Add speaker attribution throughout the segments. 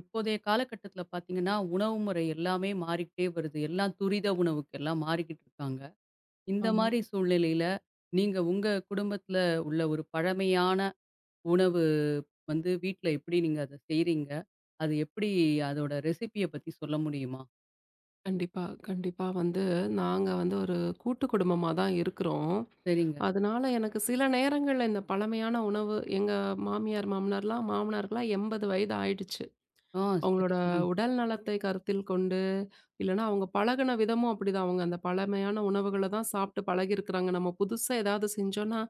Speaker 1: இப்போதைய காலகட்டத்தில பார்த்தீங்கன்னா, உணவு முறை எல்லாமே மாறிக்கிட்டே வருது. எல்லாம் துரித உணவுக்கு எல்லாம் மாறிக்கிட்டு இருக்காங்க. இந்த
Speaker 2: ஆமா.
Speaker 1: மாரி சூழ்நிலையில, நீங்க உங்க குடும்பத்தில உள்ள ஒரு பழமையான உணவு வந்து வீட்ல எப்படி நீங்க அத செய்றீங்க? அது எப்படி அதோட ரெசிபிய பத்தி சொல்ல முடியுமா?
Speaker 2: கண்டிப்பா, கண்டிப்பா வந்து நாங்க வந்து ஒரு கூட்டு குடும்பமா தான் இருக்கிறோம்.
Speaker 1: சரிங்க.
Speaker 2: அதனால எனக்கு சில நேரங்கள்ல இந்த பழமையான உணவு எங்க மாமியார், மாமனாருக்குலாம் 80 வயது ஆயிடுச்சு.
Speaker 1: ஆ சரி,
Speaker 2: அவங்களோட
Speaker 1: சரி.
Speaker 2: உடல் நலத்தை கருத்தில் கொண்டு, இல்லன்னா அவங்க பழகுன விதமும் அப்படிதான். அவங்க அந்த பழமையான உணவுகள தான் சாப்பிட்டு பழகியிருக்கிறாங்க. நம்ம புதுசா ஏதாவது செஞ்சோம்னா,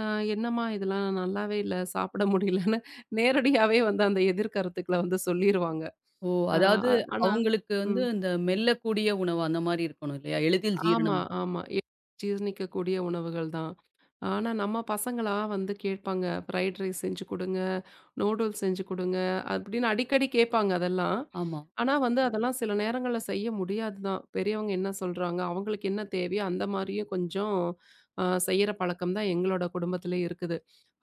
Speaker 2: "அ என்னம்மா இதெல்லாம் நல்லாவே இல்ல, சாப்பிட முடியலன்னு" நேரடியாவே வந்து அந்த எதிர்கருத்துக்கள வந்து சொல்லிருவாங்க.
Speaker 1: ஓ!
Speaker 2: அ
Speaker 1: அதாவது
Speaker 2: ஆனா
Speaker 1: அவங்களுக்கு வந்து
Speaker 2: ம்.
Speaker 1: அந்த மெல்லக்கூடிய உணவு அந்த மாரி இருக்கணும் இல்லையா? எளிதில்
Speaker 2: ஆமா,
Speaker 1: ஜீரணம்.
Speaker 2: ஆமா. ஜீரணிக்கக்கூடிய உணவுகள் தான். ஆனா, நம்ம பசங்களா வந்து கேட்பாங்க. ஃப்ரைட் ரைஸ் செஞ்சு குடுங்க, நூடுல்ஸ் செஞ்சு குடுங்க அப்படின்னு அடிக்கடி கேட்பாங்க அதெல்லாம்.
Speaker 1: ஆமா.
Speaker 2: ஆனா வந்து அதெல்லாம் சில நேரங்கள்ல செய்ய முடியாது தான். பெரியவங்க என்ன சொல்றாங்க, அவங்களுக்கு என்ன தேவையோ அந்த மாரியும் கொஞ்சம் செய்யற பழக்கம் தான் எங்களோட குடும்பத்திலே இருக்குது.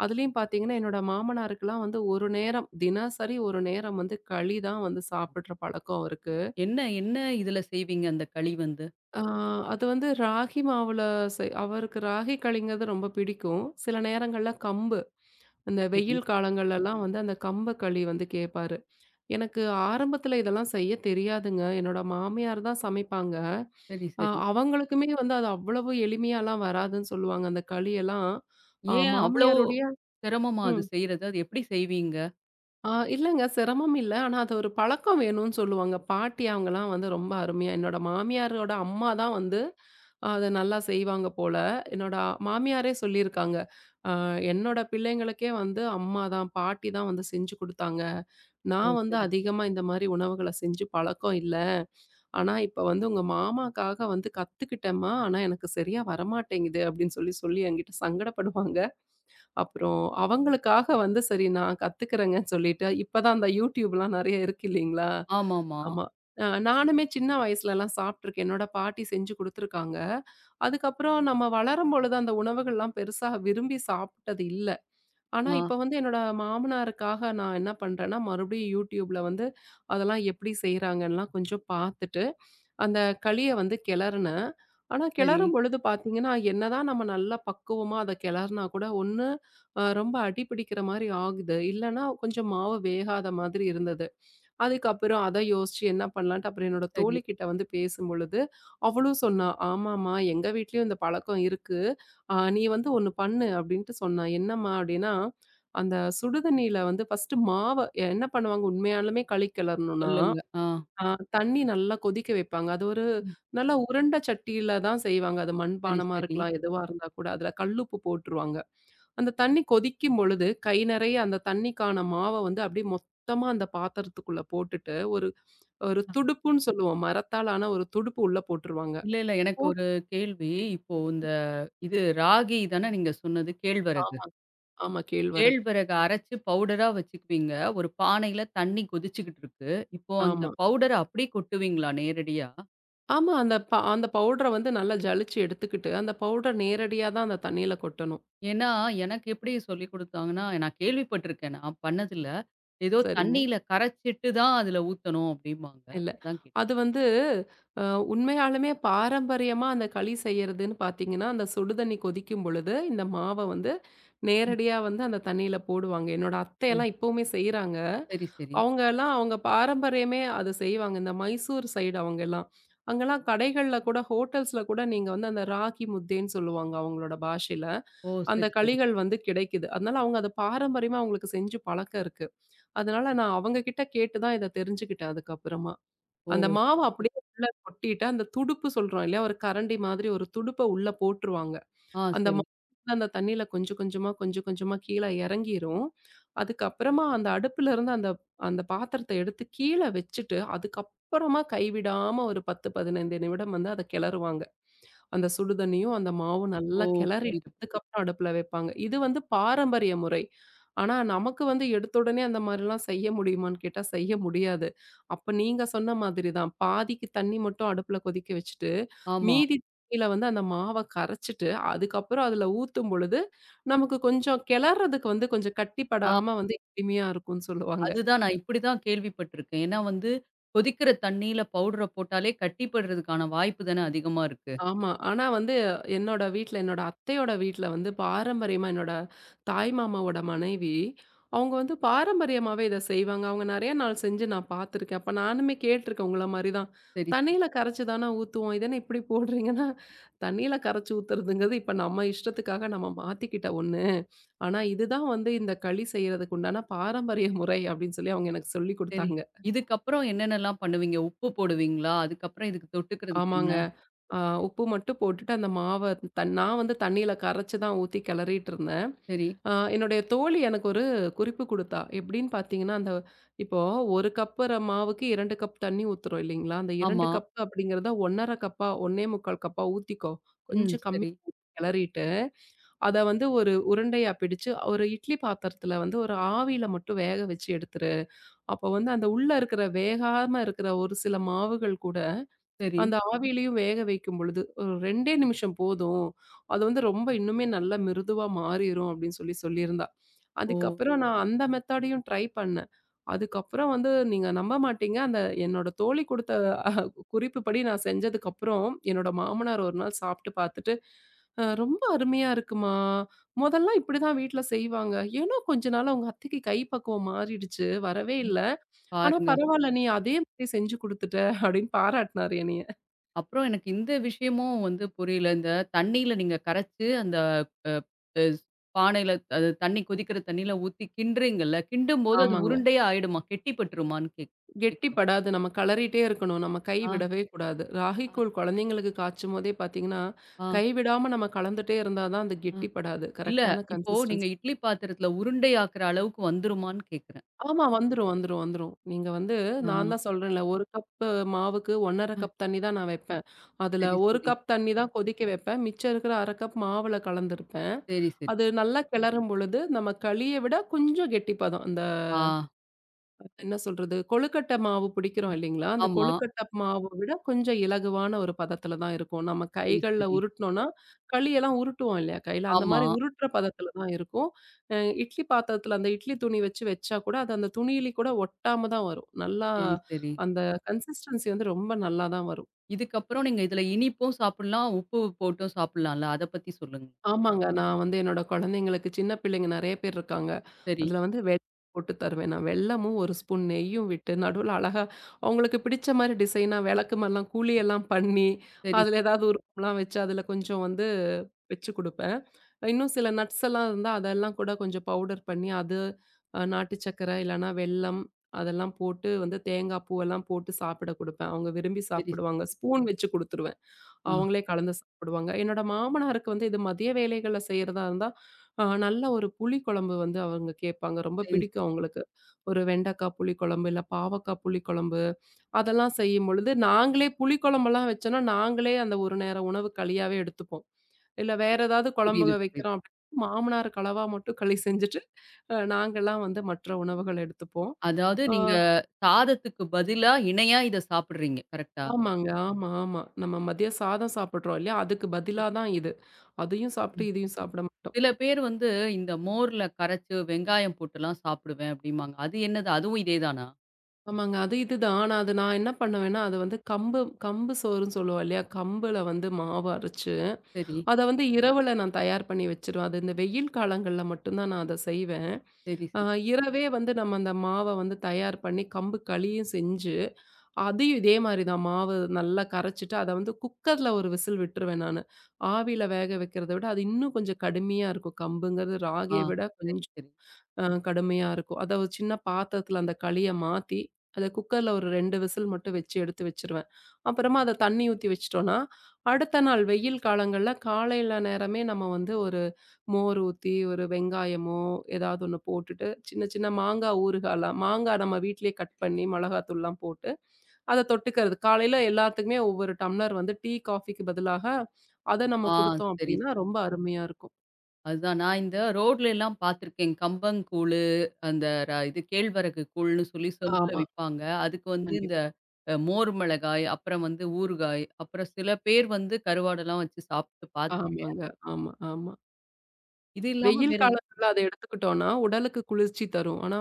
Speaker 2: அதுலயும் பார்த்தீங்கன்னா, என்னோட மாமனாருக்குலாம் வந்து ஒரு நேரம், தினசரி ஒரு நேரம் வந்து களி தான் வந்து சாப்பிடுற பழக்கம் அவருக்கு.
Speaker 1: என்ன என்ன இதில செய்வீங்க அந்த களி வந்து?
Speaker 2: ஆ, அது வந்து ராகி மாவுல அவருக்கு ராகி களிங்கிறது ரொம்ப பிடிக்கும். சில நேரங்கள்ல கம்பு, இந்த
Speaker 1: சரி,
Speaker 2: வெயில் காலங்கள்லலாம் வந்து அந்த கம்ப களி வந்து கேட்பாரு. எனக்கு ஆரம்பத்தில இதெல்லாம் செய்ய தெரியாதுங்க. என்னோட மாமியார் தான் சமைப்பாங்க.
Speaker 1: சரி,
Speaker 2: அ
Speaker 1: சரி.
Speaker 2: அவங்களுக்குமே வந்து அது அவ்வளவு எளிமையாலாம் வராதுன்னு சொல்லுவாங்க. அந்த களியெல்லாம்
Speaker 1: ஏன் அவ்வளோ
Speaker 2: மாமியாருடைய
Speaker 1: சிரமமா அது
Speaker 2: ம்.
Speaker 1: செய்றது? அது எப்படி செய்வீங்க?
Speaker 2: ஆ இல்லங்க. சிரமம் இல்ல. ஆனா அது ஒரு பழக்கம் வேணும்னு சொல்லுவாங்க. பாட்டி அவங்கலாம் வந்து ரொம்ப அருமையா என்னோட மாமியாரோட அம்மா தான் வந்து அத நல்லா செய்வாங்க போல. என்னோட மாமியாரே சொல்லியிருக்காங்க. "அ என்னோட பிள்ளைங்களுக்கே வந்து அம்மா தான், பாட்டி தான் வந்து செஞ்சு குடுத்தாங்க.
Speaker 1: ஓ!
Speaker 2: நான் வந்து
Speaker 1: சரி.
Speaker 2: அதிகமா இந்த மாரி உணவுகள செஞ்சு பழக்கம் இல்ல. ஆனா இப்ப வந்து உங்க மாமாக்காக வந்து கத்துக்கிட்டேன்ம்மா. ஆனா எனக்கு சரியா வரமாட்டேங்குது" அப்படின்னு சொல்லி சொல்லி என்கிட்ட சங்கடப்படுவாங்க. அப்புறம் அவங்களுக்காக வந்து சரி நான் கத்துக்கிறேங்கன்னு சொல்லிட்டு, இப்ப தான் அந்த YouTubeலாம் நெறைய இருக்கு இல்லீங்களா?
Speaker 1: ஆமாமா.
Speaker 2: ஆமா. நானுமே சின்ன வயசுலலாம் சாப்ட்டுருக்கேன். என்னோட பாட்டி செஞ்சு குடுத்துருக்காங்க. அதுக்கப்புறம் நம்ம வளரும்பொழுது அந்த உணவுகள்லாம் பெருசா விரும்பி சாப்ட்டது இல்ல. ஆனா
Speaker 1: ஆ
Speaker 2: இப்ப வந்து என்னோட மாமனாருக்காக நான் என்ன பண்றேன்னா, மறுபடியும் YouTubeல வந்து அதெல்லாம் எப்படி செய்றாங்கன்லாம் கொஞ்சம் பாத்துட்டு அந்த களிய வந்து கிளறுனேன். ஆனா
Speaker 1: சரி,
Speaker 2: கிளறும் பொழுது பார்த்தீங்கன்னா, என்னதான் நம்ம நல்லா பக்குவமா அத கிளறுனா கூட ஒண்ணு ரொம்ப அடி பிடிக்கிற மாரி ஆகுது. இல்லன்னா கொஞ்சம் மாவு வேகாத மாதிரி இருந்தது. அதுக்கப்புறம் அத யோசிச்சு என்ன பண்ணலான்ட்டு அப்புறம் என்னோட
Speaker 1: சரி.
Speaker 2: தோழிகிட்ட வந்து பேசும்பொழுது, அவளும் சொன்னா, "ஆமாம்மா எங்க வீட்லயும் இந்த பழக்கம் இருக்கு. நீ வந்து ஒண்ணு பண்ணு" அப்படின்ட்டு சொன்னா. "என்னம்மா?" அப்படின்னா, அந்த சுடுதண்ணீல வந்து ஃபர்ஸ்ட்டு மாவ என்ன பண்ணுவாங்க உண்மையாலுமே களி கிளறணும்னா,
Speaker 1: சொல்லுங்க. ஆ
Speaker 2: ஆ தண்ணி நல்லா கொதிக்க வைப்பாங்க. அது ஒரு நல்லா உருண்ட சட்டியில தான் செய்வாங்க. அது
Speaker 1: சரி,
Speaker 2: மண்பானமா
Speaker 1: சரி.
Speaker 2: இருக்கலாம், எதுவா இருந்தா கூட. அதுல கல்லுப்பு போட்டுருவாங்க. அந்த தண்ணி கொதிக்கும் பொழுது, கை நெறைய அந்த தண்ணிக்கான மாவ வந்து அப்படியே மொத்தமா அந்த பாத்திரத்துக்குள்ள போட்டுட்டு, ஒரு ஒரு
Speaker 1: அ
Speaker 2: துடுப்புன்னு சொல்லுவோம். மரத்தால் ஆன ஒரு துடுப்பு உள்ள போட்டுருவாங்க.
Speaker 1: இல்ல, இல்ல. எனக்கு
Speaker 2: போட்
Speaker 1: ஒரு கேள்வி. இப்போ இந்த இது ராகி தானே நீங்க சொன்னது? கேழ்வரகு.
Speaker 2: ஆமா, ஆமா. கேழ்வரகு.
Speaker 1: கேழ்வரக அரைச்சு பவுடரா வச்சுக்குவீங்க. ஒரு பானையில தண்ணி கொதிச்சுக்கிட்டு இருக்கு. இப்போ அந்த
Speaker 2: ஆமா.
Speaker 1: பவுடர அப்படியே கொட்டுவீங்களா நேரடியா?
Speaker 2: ஆமா. அந்த அந்த பவுடர வந்து நல்லா ஜலிச்சு எடுத்துக்கிட்டு, அந்த பவுடர் நேரடியா தான் அந்த தண்ணீல கொட்டணும்.
Speaker 1: ஏன்னா, எனக்கு எப்படி சொல்லிக் குடுத்தாங்கன்னா, நான் கேள்விப்பட்டுருக்கேன். நான் பண்ணதில்ல. ஏதோ
Speaker 2: சரிங்க.
Speaker 1: தண்ணீல கரைச்சிட்டு தான் அதுல ஊத்தணும் அப்படிம்பாங்க.
Speaker 2: இல்ல.
Speaker 1: அதான் கேட்டேன்.
Speaker 2: அது வந்து அ உண்மையாலுமே பாரம்பரியமா அந்த களி செய்யறதுன்னு பார்த்தீங்கன்னா, அந்த சுடு தண்ணி கொதிக்கும் பொழுது, இந்த மாவ வந்து
Speaker 1: ம்.
Speaker 2: நேரடியா வந்து அந்த தண்ணீல போடுவாங்க. என்னோட அத்தையெல்லாம் இப்பவுமே செய்றாங்க.
Speaker 1: சரி, சரி.
Speaker 2: அவங்கலாம் அவங்க பாரம்பரியமே அது செய்வாங்க. இந்த மைசூர் சைடு அவங்கலாம். அங்கலாம் கடைகள்ல கூட, ஹோட்டல்ஸ்ல கூட நீங்க வந்து அந்த ராகி முத்தேன்னு சொல்லுவாங்க அவங்களோட பாஷையில.
Speaker 1: ஓ!
Speaker 2: அந்த
Speaker 1: சரி, சரி.
Speaker 2: களிகள் வந்து கிடைக்குது. அதனால அவங்க அத பாரம்பரியமா அவங்களுக்கு செஞ்சு பழக்கம் இருக்கு. அதனால நான் அவங்க கிட்ட கேட்டு தான் இத தெரிஞ்சுக்கிட்டேன் அதுக்கப்புறமா.
Speaker 1: ஓ!
Speaker 2: அந்த மாவு
Speaker 1: சரி, சரி.
Speaker 2: அப்படியே உள்ள கொட்டிட்டு, அந்த துடுப்பு சொல்றோம் இல்லையா? ஒரு கரண்டி மாதிரி ஒரு துடுப்ப உள்ள போட்டுருவாங்க. அந்த
Speaker 1: சரி.
Speaker 2: மாவு அந்த தண்ணீல கொஞ்சம் கொஞ்சமா, கொஞ்சம் கொஞ்சமா கீழ இறங்கிரும். அதுக்கப்புறமா அந்த அடுப்புல இருந்து அந்த அந்த பாத்திரத்த எடுத்து கீழ வச்சுட்டு, அதுக்கப்புறமா கைவிடாம ஒரு 10, 15 நிமிடம் வந்து அத கிளறுவாங்க. அந்த சுடு தண்ணியும், அந்த மாவும் நல்லா
Speaker 1: ஓ!
Speaker 2: கிளறிட்டு
Speaker 1: புரியுது.
Speaker 2: அதுக்கப்புறம் அடுப்புல வைப்பாங்க. இது வந்து பாரம்பரிய முறை. ஆனா, நமக்கு வந்து எடுத்த உடனே அந்த மாரிலாம் செய்ய முடியுமான்னு கேட்டா செய்ய முடியாது. அப்ப நீங்க சொன்ன மாதிரி தான். பாதிக்கு தண்ணி மட்டும் அடுப்புல கொதிக்க வச்சுட்டு,
Speaker 1: ஆமா.
Speaker 2: மீதி தண்ணியில வந்து அந்த மாவ கரைச்சுட்டு, அதுக்கப்புறம் அதுல ஊத்தும் பொழுது, நமக்கு கொஞ்சம் கிளறதுக்கு வந்து கொஞ்சம்
Speaker 1: ஆ
Speaker 2: கட்டிப்படாம வந்து எளிமையா இருக்கும்ன்னு சொல்லுவாங்க.
Speaker 1: அதுதான் நான் இப்படி தான் கேள்விப்பட்டுருக்கேன். ஏன்னா வந்து கொதிக்கிற தண்ணீல பவுடர போட்டாலே கட்டிப்படுறதுக்கான வாய்ப்பு தானே அதிகமா இருக்கு.
Speaker 2: ஆமா. ஆனா வந்து என்னோட வீட்ல, என்னோட அத்தையோட வீட்ல வந்து பாரம்பரியமா என்னோட தாய் மாமாவோட மனைவி, அவங்க வந்து பாரம்பரியமாவே இத செய்வாங்க. அவங்க நெறைய நாள் செஞ்சு நான் பார்த்துருக்கேன். அப்ப நானுமே கேட்டுருக்கேன் உங்கள மாரி தான்.
Speaker 1: சரி, சரி,
Speaker 2: தண்ணீல கரைச்சு தானே ஊத்துவோம். இது என்ன இப்படி போடுறீங்கன்னா, தண்ணீல கரைச்சு ஊத்துறதுங்கிறது இப்ப நம்ம இஷ்டத்துக்காக நம்ம மாத்திக்கிட்ட ஒண்ணு. ஆனா இதுதான் வந்து இந்த களி செய்யறதுக்கு உண்டான பாரம்பரிய முறை அப்படின்னு சொல்லி அவங்க எனக்கு சொல்லிக்
Speaker 1: சரி.
Speaker 2: குடுத்தாங்க.
Speaker 1: இதுக்கப்புறம் என்னென்னலாம் பண்ணுவீங்க? உப்பு போடுவீங்களா? அதுக்கப்புறம் இதுக்கு தொட்டுக்கிறதுக்கு என்ன?
Speaker 2: ஆமாங்க. ஆ உப்பு மட்டும் போட்டுட்டு அந்த மாவ நான் வந்து தண்ணீல கரைச்சு தான் ஊத்தி கிளறிட்டு இருந்தேன்.
Speaker 1: சரி.
Speaker 2: என்னுடைய தோழி எனக்கு ஒரு குறிப்பு குடுத்தா. எப்படின்னு பார்த்தீங்கன்னா, அந்த இப்போ 1 கப்புற மாவுக்கு 2 கப் தண்ணி ஊத்துறோம் இல்லைங்களா? அந்த 2
Speaker 1: ஆமா.
Speaker 2: கப் அப்படிங்கிறத 1 1/2 கப்பா, 1 1/4 கப்பா ஊத்திக்கோ.
Speaker 1: ம்.
Speaker 2: கொஞ்சம் கம்மியா
Speaker 1: சரி,
Speaker 2: ஊத்தி கிளறிட்டு, அத வந்து ஒரு உருண்டையா பிடிச்சு, ஒரு இட்லி பாத்திரத்துல வந்து ஒரு ஆவியில மட்டும் வேக வச்சு எடுத்துரு. அப்போ வந்து அந்த உள்ள இருக்கிற வேகாம இருக்கிற ஒரு சில மாவுகள் கூட
Speaker 1: சரி.
Speaker 2: அந்த ஆவியிலயும் வேக வைக்கும் பொழுது, ஒரு 2டே நிமிஷம் போதும். அது வந்து ரொம்ப இன்னுமே நல்லா மிருதுவா மாறிரும் அப்படின்னு சொல்லி சொல்லியிருந்தா.
Speaker 1: ஓ!
Speaker 2: அதுக்கப்புறம் நான் அந்த மெத்தடையும் ட்ரை பண்ணேன். அதுக்கப்புறம் வந்து நீங்க நம்ப மாட்டீங்க. அந்த என்னோட தோழி குடுத்த அ குறிப்புப்படி நான் செஞ்சதுக்கப்புறம், என்னோட மாமனார் ஒரு நாள் சாப்பிட்டு பார்த்துட்டு, ரொம்ப அருமையா இருக்குமா! மொதல்லாம் இப்படிதான் வீட்ல செய்வாங்க. ஏனோ கொஞ்ச நாளா உங்க அத்தைக்கு கை பக்குவம் மாறிடுச்சு. வரவே
Speaker 1: ம்.
Speaker 2: இல்ல. ஆனா
Speaker 1: பாருங்க.
Speaker 2: பரவால்ல நீ அதே மாதிரி செஞ்சு குடுத்துட்ட" அப்படின்னு பாராட்டுனாரு என்னைய.
Speaker 1: அப்புறம் எனக்கு இந்த விஷயமும் வந்து புரியல. இந்த தண்ணீல நீங்க கரைச்சு அந்த அ அ பானையில அது தண்ணி கொதிக்கிற தண்ணீல ஊத்தி கிண்டுறீங்கல்ல, கிண்டும்போது அது
Speaker 2: ஆமாங்க.
Speaker 1: உருண்டையா ஆயிடுமா? கெட்டி பட்டுருமான்னு கேட்கணும்.
Speaker 2: கெட்டிப்படாது. நம்ம கெளறிட்டே இருக்கணும். நம்ம கை
Speaker 1: ஆ,
Speaker 2: விடவே கூடாது.
Speaker 1: ஆ,
Speaker 2: ராகிக்கூழ் குழந்தைங்களுக்கு காய்ச்சும்போதே பார்த்தீங்கன்னா,
Speaker 1: ஆ,
Speaker 2: கைவிடாம நம்ம கலந்துட்டே இருந்தா தான் அது
Speaker 1: ஆ.
Speaker 2: கெட்டிப்படாது.
Speaker 1: இல்ல,
Speaker 2: கரெக்ட்டான
Speaker 1: இப்போ நீங்க
Speaker 2: கன்சிஸ்டன்சி.
Speaker 1: இட்லி பாத்திரத்துல உருண்டை ஆக்குற அளவுக்கு வந்துருமான்னு கேட்கிறேன்.
Speaker 2: ஆமா. வந்துரும், வந்துரும், வந்துரும். நீங்க வந்து
Speaker 1: ஆ,
Speaker 2: நான் தான் சொல்றேன்ல, 1 கப்பு மாவுக்கு 1 1/2
Speaker 1: அ.
Speaker 2: கப் தண்ணி தான் நான் வைப்பேன். அதுல
Speaker 1: சரி,
Speaker 2: 1
Speaker 1: சரி.
Speaker 2: கப் தண்ணி தான் கொதிக்க வைப்பேன். மிச்சம் இருக்கிற 1/2 கப் மாவுல கலந்திருப்பேன்.
Speaker 1: சரி, சரி.
Speaker 2: அது நல்லா கிளறும் பொழுது, நம்ம களிய விட கொஞ்சம் கெட்டிப்பதம். அந்த
Speaker 1: ஆ,
Speaker 2: என்ன சொல்றது? கொழுக்கட்டை மாவு பிடிக்கிறோம் இல்லைங்களா? அந்த
Speaker 1: ஆமா.
Speaker 2: கொழுக்கட்டை மாவ விட கொஞ்சம் இலகுவான ஒரு பதத்தில தான் இருக்கும். நம்ம
Speaker 1: சரி,
Speaker 2: கைகள்ல
Speaker 1: சரி.
Speaker 2: உருட்டுனோம்னா, களியெல்லாம் உருட்டுவோம் இல்லையா கையில? அந்த
Speaker 1: ஆமா.
Speaker 2: மாரி உருட்டுற பதத்தில தான் இருக்கும். அ இட்லி பாத்திரத்தில அந்த இட்லி துணி வச்சு வச்சா கூட, அது அந்த துணியில கூட ஒட்டாம தான் வரும். நல்லா
Speaker 1: சரி, சரி.
Speaker 2: அந்த கன்சிஸ்டன்சி வந்து ரொம்ப நல்லா தான் வரும்.
Speaker 1: இதுக்கப்புறம் நீங்க இதுல இனிப்பும் சாப்பிடலாம், உப்பு போட்டும் சாப்பிடலாம்ல. அத பத்தி சொல்லுங்க.
Speaker 2: ஆமாங்க. நான் வந்து என்னோட குழந்தைங்களுக்கு சின்ன பிள்ளைங்க நெறைய பேர் இருக்காங்க.
Speaker 1: சரி,
Speaker 2: அதுல வந்து வெல்லம் போட்டு தருவேன் நான். வெல்லமும் 1 ஸ்பூன் நெய்யும் விட்டு நடுவுல அழகா அவங்களுக்கு பிடிச்ச மாரி டிசைனா விளக்கு மாரிலாம் குழியெல்லாம் பண்ணி,
Speaker 1: சரி.
Speaker 2: அதுல ஏதாவது உருவம்லாம் வச்சு அதுல கொஞ்சம் வந்து வச்சு குடுப்பேன். இன்னும் சில நட்ஸ் எல்லாம் இருந்தா அதெல்லாம் கூட கொஞ்சம் பவுடர் பண்ணி அது நாட்டு சர்க்கரை இல்லன்னா வெல்லம் அதெல்லாம் போட்டு வந்து தேங்காய் பூவெல்லாம் போட்டு சாப்பிட குடுப்பேன். அவங்க விரும்பி
Speaker 1: சரி,
Speaker 2: சாப்பிடுவாங்க.
Speaker 1: சரி.
Speaker 2: ஸ்பூன் வச்சு குடுத்துருவேன்.
Speaker 1: ஆ,
Speaker 2: அவங்களே கலந்து சாப்பிடுவாங்க. என்னோட மாமனாருக்கு வந்து இது மதிய வேளைகள்ல செய்றதா இருந்தா, நல்ல ஒரு புளிக்குழம்பு வந்து அவங்க கேட்பாங்க. ரொம்ப
Speaker 1: சரி,
Speaker 2: பிடிக்கும்
Speaker 1: சரி.
Speaker 2: அவங்களுக்கு. ஒரு வெண்டைக்காய் புளிக்குழம்பு, இல்ல பாவக்காய் புளிக்குழம்பு அதெல்லாம் செய்யும்பொழுது, நாங்களே புளிக்குழம்பெல்லாம் வச்சோம்னா, நாங்களே அந்த ஒரு நேர உணவு களியாவே எடுத்துப்போம். இல்ல வேற ஏதாவது குழம்புக
Speaker 1: புரியுது, புரியுது.
Speaker 2: வைக்கிறோம் அப்படின்னா, மாமனாருக்கு அளவா மட்டும் களி செஞ்சுட்டு, நாங்கலாம் வந்து மற்ற உணவுகள் எடுத்துப்போம்.
Speaker 1: அதாவது
Speaker 2: ஆ.
Speaker 1: நீங்க சாதத்துக்கு பதிலா இணையா இத சாப்பிடுறீங்க. கரெக்ட்டா?
Speaker 2: ஆமாங்க. ஆமா, ஆமா. நம்ம மதியம் சாதம் சாப்பிடுறோம் இல்லையா? அதுக்கு பதிலா தான் இது. அதையும் சாப்பிட்டு,
Speaker 1: ம்.
Speaker 2: இதையும் சாப்பிட மாட்டோம்.
Speaker 1: சில பேர் வந்து இந்த மோர்ல கரைச்சு வெங்காயம் போட்டுலாம் சாப்பிடுவேன் அப்படிம்பாங்க. அது என்னது? அதுவும் இதே தானா?
Speaker 2: ஆமாங்க. அது இதுதான். ஆனா, அது நான் என்ன பண்ணுவேன்னா, அது வந்து கம்பு கம்பு சோறுன்னு சொல்லுவோம் இல்லையா? கம்புல வந்து மாவு அரைச்சு,
Speaker 1: சரி,
Speaker 2: அத வந்து இரவுல நான் தயார் பண்ணி வச்சுருவேன். அது இந்த வெயில் காலங்கள்ல மட்டும் தான் நான் அத செய்வேன்.
Speaker 1: சரி,
Speaker 2: அ
Speaker 1: சரி.
Speaker 2: இரவே வந்து நம்ம அந்த மாவ வந்து தயார் பண்ணி, கம்பு களியும் செஞ்சு அதையும் இதே மாரி தான் மாவு நல்லா கரைச்சுட்டு, அத வந்து குக்கர்ல ஒரு விசில் விட்டுருவேன் நானு. ஆவியில வேக வைக்கிறத விட, அது இன்னும் கொஞ்சம் கடுமையா இருக்கும். கம்புங்கிறது
Speaker 1: ஆ,
Speaker 2: ராகிய விட
Speaker 1: சரி,
Speaker 2: கொஞ்சம்
Speaker 1: சரி.
Speaker 2: அ கடுமையா இருக்கும். அத ஒரு சின்ன பாத்திரத்துல அந்த களிய மாத்தி, அத குக்கர்ல ஒரு 2 விசில் மட்டும் வச்சு எடுத்து வச்சுருவேன். அப்புறமா அத தண்ணி ஊத்தி வச்சுட்டோம்னா, அடுத்த நாள் வெயில் காலங்கள்ல காலையில நேரமே நம்ம வந்து ஒரு மோர் ஊத்தி, ஒரு வெங்காயமோ ஏதாவது ஒண்ணு போட்டுட்டு, சின்ன சின்ன மாங்கா ஊறுகாலாம் மாங்கா நம்ம வீட்லயே கட் பண்ணி மிளகாத்தூள்லாம் போட்டு, அத தொட்டுக்கிறது. காலையில எல்லாத்துக்குமே ஒவ்வொரு டம்ளர் வந்து டீ, காஃபிக்கு பதிலாக அத நம்ம
Speaker 1: ஆ,
Speaker 2: குடுத்தோம்
Speaker 1: சரி,
Speaker 2: அப்டின்னா,
Speaker 1: சரி.
Speaker 2: ரொம்ப அருமையா இருக்கும்.
Speaker 1: அதுதான். நான் இந்த ரோட்ல எல்லாம் பார்த்துருக்கேன். கம்பங்கூழு, அந்த ர இது கேழ்வரகு கூழ்ன்னு சொல்லி செம்புல
Speaker 2: ஆமா.
Speaker 1: விப்பாங்க. அதுக்கு வந்து
Speaker 2: கண்டிப்பா.
Speaker 1: இந்த மோர் மிளகாய், அப்புறம் வந்து ஊறுகாய், அப்புறம் சில பேர் வந்து கருவாடெல்லாம் வச்சு சாப்பிட்டு பார்த்து
Speaker 2: ஆமாங்க. ஆமா, ஆமா.
Speaker 1: இது இல்லாம
Speaker 2: வெயில்
Speaker 1: வேற
Speaker 2: காலத்துல அத எடுத்துக்கிட்டோம்னா, உடலுக்கு குளிர்ச்சி தரும். ஆனா,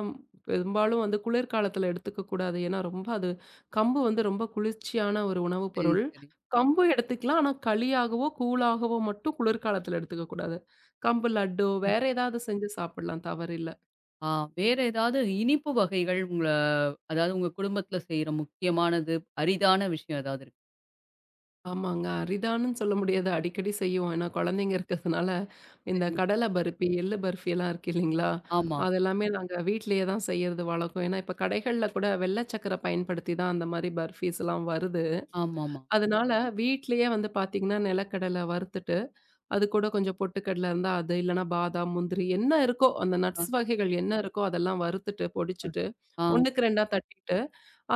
Speaker 2: பெரும்பாலும் வந்து குளிர்காலத்துல எடுத்துக்க கூடாது. ஏன்னா, ரொம்ப அது கம்பு வந்து ரொம்ப குளிர்ச்சியான ஒரு உணவுப்
Speaker 1: சரி,
Speaker 2: பொருள்.
Speaker 1: சரி.
Speaker 2: கம்பு எடுத்துக்கலாம். ஆனா, களியாகவோ, கூழாகவோ மட்டும் குளிர்காலத்துல எடுத்துக்க கூடாது. கம்பு லட்டோ,
Speaker 1: ம்.
Speaker 2: வேற ஏதாவது செஞ்சு சாப்பிடலாம் தவறில்ல.
Speaker 1: ஆ வேற ஏதாவது இனிப்பு வகைகள் உங்கள அதாவது உங்க குடும்பத்தில செய்ற முக்கியமானது, அரிதான விஷயம் ஏதாவது இருக்கா?
Speaker 2: ஆமாங்க. அரிதானன்னு சொல்ல முடியாது. அடிக்கடி செய்வோம். ஏன்னா குழந்தைங்க இருக்கிறதுனால, இந்த
Speaker 1: சரி.
Speaker 2: கடலை பருப்பி, எள்ளு பர்ஃபி எல்லாம் இருக்கு இல்லைங்களா?
Speaker 1: ஆமா.
Speaker 2: அதெல்லாமே நாங்க வீட்லயே தான் செய்யறது வழக்கம். ஏன்னா இப்ப கடைகள்ல கூட வெள்ளை சக்கரை பயன்படுத்தி தான் அந்த மாரி பர்ஃபீஸ்லாம் வருது.
Speaker 1: ஆமாமா.
Speaker 2: அதனால வீட்லயே வந்து பார்த்தீங்கன்னா, நிலக்கடலை வறுத்துட்டு, அது கூட கொஞ்சம் பொட்டுக்கடலை இருந்தா அது, இல்லன்னா பாதாம், முந்திரி என்ன இருக்கோ அந்த
Speaker 1: அ,
Speaker 2: நட்ஸ் வகைகள் என்ன இருக்கோ அதெல்லாம் வறுத்துட்டு,
Speaker 1: அ.
Speaker 2: பொடிச்சுட்டு,
Speaker 1: ஆ. ஆ,
Speaker 2: 1க்கு
Speaker 1: சரி.
Speaker 2: 2ஆ தட்டிட்டு,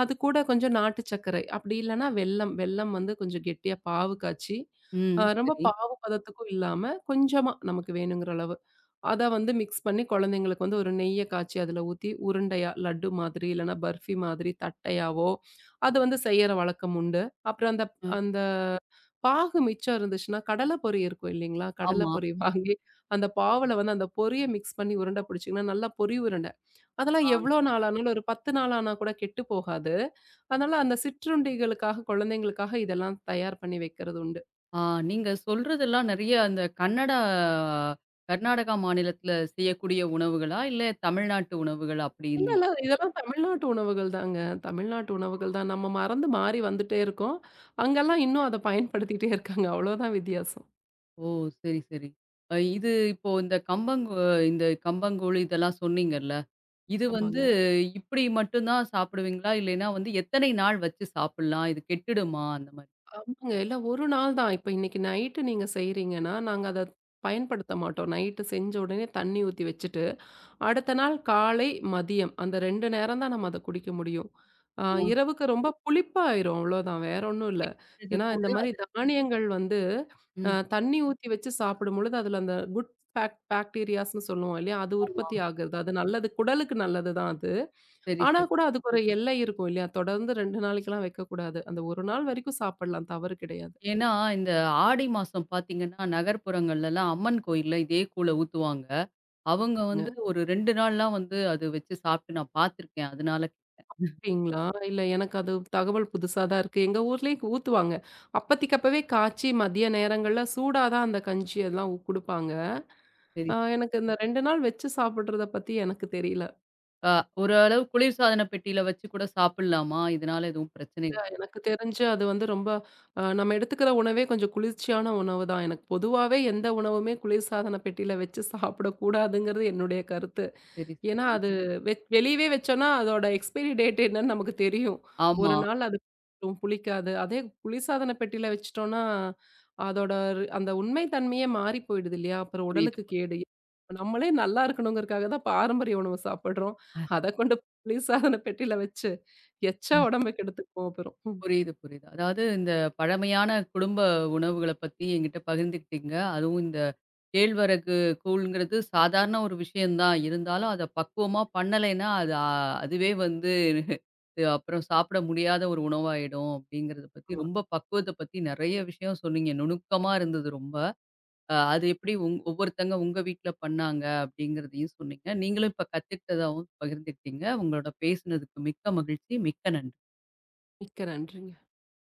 Speaker 2: அது கூட கொஞ்சம் நாட்டு சர்க்கரை, அப்படி இல்லன்னா வெல்லம். வெல்லம் வந்து கொஞ்சம் கெட்டியா பாவு காய்ச்சி,
Speaker 1: ம்.
Speaker 2: ரொம்ப
Speaker 1: சரி.
Speaker 2: பாவு பதத்துக்கும் இல்லாம, கொஞ்சமா நமக்கு வேணுங்கிற அளவு. அத வந்து மிக்ஸ் பண்ணி குழந்தைங்களுக்கு வந்து ஒரு நெய்ய காய்ச்சி அதில ஊத்தி, உருண்டையா லட்டு மாதிரி, இல்லன்னா பர்ஃபி மாதிரி தட்டையாவோ, அது வந்து செய்யற வழக்கம் உண்டு. அப்புறம் அந்த
Speaker 1: அ.
Speaker 2: அந்த பாகு மிச்சம் இருந்துச்சுன்னா, கடலை பொரி இருக்கும் இல்லைங்களா? கடலை
Speaker 1: ஆமா.
Speaker 2: பொரி வாங்கி, அந்த பாவுல வந்து அந்த பொரிய மிக்ஸ் பண்ணி உருண்டை பிடிச்சிங்கன்னா, நல்லா பொரி உருண்டை. அதெல்லாம்
Speaker 1: ஆ.
Speaker 2: எவ்வளோ நாள் ஆனாலும், ஒரு 10 நாள் ஆனா கூட கெட்டு போகாது. அதனால அந்த சிற்றுண்டிகளுக்காக, குழந்தைங்களுக்காக இதெல்லாம் தயார் பண்ணி வைக்கிறது உண்டு.
Speaker 1: ஆ நீங்க சொல்றதெல்லாம் நெறைய அந்த கன்னடா கர்நாடகா மாநிலத்தில செய்யக்கூடிய உணவுகளா? இல்ல தமிழ்நாட்டு உணவுகளா
Speaker 2: இல்ல,
Speaker 1: அப்டின்னு?
Speaker 2: இல்ல. இதெல்லாம் தமிழ்நாட்டு உணவுகள் தாங்க. தமிழ்நாட்டு உணவுகள் தான். நம்ம மறந்து மாறி வந்துட்டே இருக்கோம். அங்கெல்லாம் இன்னும் அத பயன்படுத்திட்டே இருக்காங்க. அவ்வளோதான் வித்தியாசம்.
Speaker 1: ஓ! சரி, சரி. இது இப்போ இந்த இந்த கம்பங்கூழ் இதெல்லாம் சொன்னீங்கல்ல. இது வந்து
Speaker 2: ஆமாங்க.
Speaker 1: இப்டி மட்டும் தான் சாப்பிடுவீங்களா? இல்லைன்னா வந்து எத்தனை நாள் வச்சு சாப்பிடலாம்? இது கெட்டுடுமா? அந்த மாரி.
Speaker 2: ஆமாங்க. இல்ல ஒரு நாள் தான். இப்ப இன்னைக்கு நைட்டு நீங்க செய்றீங்கன்னா, நாங்க அத பயன்படுத்த மாட்டோம். நைட்டு செஞ்ச உடனே தண்ணி ஊத்தி வச்சுட்டு, அடுத்த நாள் காலை, மதியம் அந்த 2 நேரம் தான் நம்ம அத குடிக்க முடியும். அ
Speaker 1: ஆ.
Speaker 2: இரவுக்கு ரொம்ப புளிப்பாயிரும் அவ்வளோதான். வேற ஒண்ணும் இல்ல. ஏன்னா இந்த
Speaker 1: கூழு
Speaker 2: மாரி
Speaker 1: அது.
Speaker 2: தானியங்கள் வந்து
Speaker 1: ம்.
Speaker 2: தண்ணி ஊத்தி வச்சு சாப்பிடும்பொழுது, அதுல அந்த குட் பாக்டீரியாஸ்ன்னு சொல்லுவோம் இல்லையா? அது
Speaker 1: ஆமா.
Speaker 2: உற்பத்தி ஆகுது. அது நல்லது. குடலுக்கு நல்லது தான் அது.
Speaker 1: சரி,
Speaker 2: ஆனா
Speaker 1: சரி.
Speaker 2: கூட அதுக்கு ஒரு எல்லை இருக்கும் இல்லையா? தொடர்ந்து 2 நாளைக்கெல்லாம் வைக்கக்கூடாது. அந்த 1 நாள் வரைக்கும் சாப்பிடலாம். தவறு கிடையாது.
Speaker 1: ஏன்னா, இந்த ஆடி மாசம் பார்த்தீங்கன்னா, நகர்ப்புறங்கள்லலாம் அம்மன் கோயில்ல இதே கூழ ஊத்துவாங்க. அவங்க
Speaker 2: ங்க.
Speaker 1: வந்து ஒரு 2 நாள்லாம் வந்து அது வச்சு சாப்ட்டு நான் பார்த்துருக்கேன். அதனால
Speaker 2: அப்படிங்களா? இல்ல எனக்கு அது தகவல் புதுசா தான் இருக்கு. எங்க ஊர்லயே ஊத்துவாங்க. அப்பத்திக்கப்பவே காய்ச்சி மதிய நேரங்கள்ல சூடா தான் அந்த கஞ்சி எல்லாம் குடுப்பாங்க.
Speaker 1: சரி.
Speaker 2: எனக்கு இந்த 2 நாள் வச்சு சாப்பிடுறத பத்தி எனக்கு தெரியல.
Speaker 1: அ ஓரளவு குளிர்சாதன பெட்டியில வச்சு கூட சாப்பிடலாமா? இதனால எதுவும் பிரச்சனை
Speaker 2: இல்ல
Speaker 1: இல்ல.
Speaker 2: எனக்கு தெரிஞ்சு அது வந்து ரொம்ப நம்ம எடுத்துக்கிற உணவே கொஞ்சம் குளிர்ச்சியான உணவு தான். எனக்கு பொதுவாவே எந்த உணவுமே குளிர்சாதன பெட்டியில வச்சு சாப்பிடக்கூடாதுங்கிறது என்னுடைய கருத்து.
Speaker 1: சரி,
Speaker 2: ஏன்னா,
Speaker 1: சரி.
Speaker 2: அது வெளியவே வச்சோம்னா, அதோட எக்ஸ்பைரி டேட் என்னன்னு நமக்கு தெரியும்.
Speaker 1: ஆமா.
Speaker 2: ஒரு நாள் அது புளிக்கும், புளிக்காது. அதே குளிர்சாதன பெட்டியில வச்சுட்டோம்னா, அதோட அந்த உண்மை தன்மையே மாறி போயிடுது இல்லையா? அப்புறம்
Speaker 1: புரியுது.
Speaker 2: உடலுக்கு கேடு. நம்மளே நல்லா இருக்கணுங்கிறதுக்காக தான் பாரம்பரிய உணவு சாப்பிடுறோம். அத கொண்டு குளிர்சாதன பெட்டியில வச்சு, எச்சா உடம்ப கெடுத்துக்குவோம் அப்புறம். ம்.
Speaker 1: புரியுது, புரியுது. அதாவது இந்த பழமையான குடும்ப உணவுகள பத்தி என்கிட்ட பகிர்ந்துக்கிட்டீங்க. அதுவும் இந்த கேழ்வரகு கூழ்ங்கிறது சாதாரண ஒரு விஷயம் தான். இருந்தாலும் அத பக்குவமா பண்ணலைன்னா, அதுவே வந்து இது அப்புறம் சாப்பிட முடியாத ஒரு உணவாயிடும் அப்படிங்கிறத பத்தி
Speaker 2: ஆமா.
Speaker 1: ரொம்ப பக்குவத்த பத்தி நெறைய விஷயம் சொன்னீங்க. நுணுக்கமா இருந்தது ரொம்ப. அது எப்படி ஒவ்வொருத்தங்க உங்க வீட்ல பண்ணாங்க அப்படிங்கிறதையும் சொன்னீங்க. நீங்களும் இப்ப கத்துக்கிட்டதாவும் பகிர்ந்துக்கிட்டீங்க. உங்களோட பேசினதுக்கு மிக்க மகிழ்ச்சி. மிக்க நன்றி.
Speaker 2: மிக்க நன்றிங்க.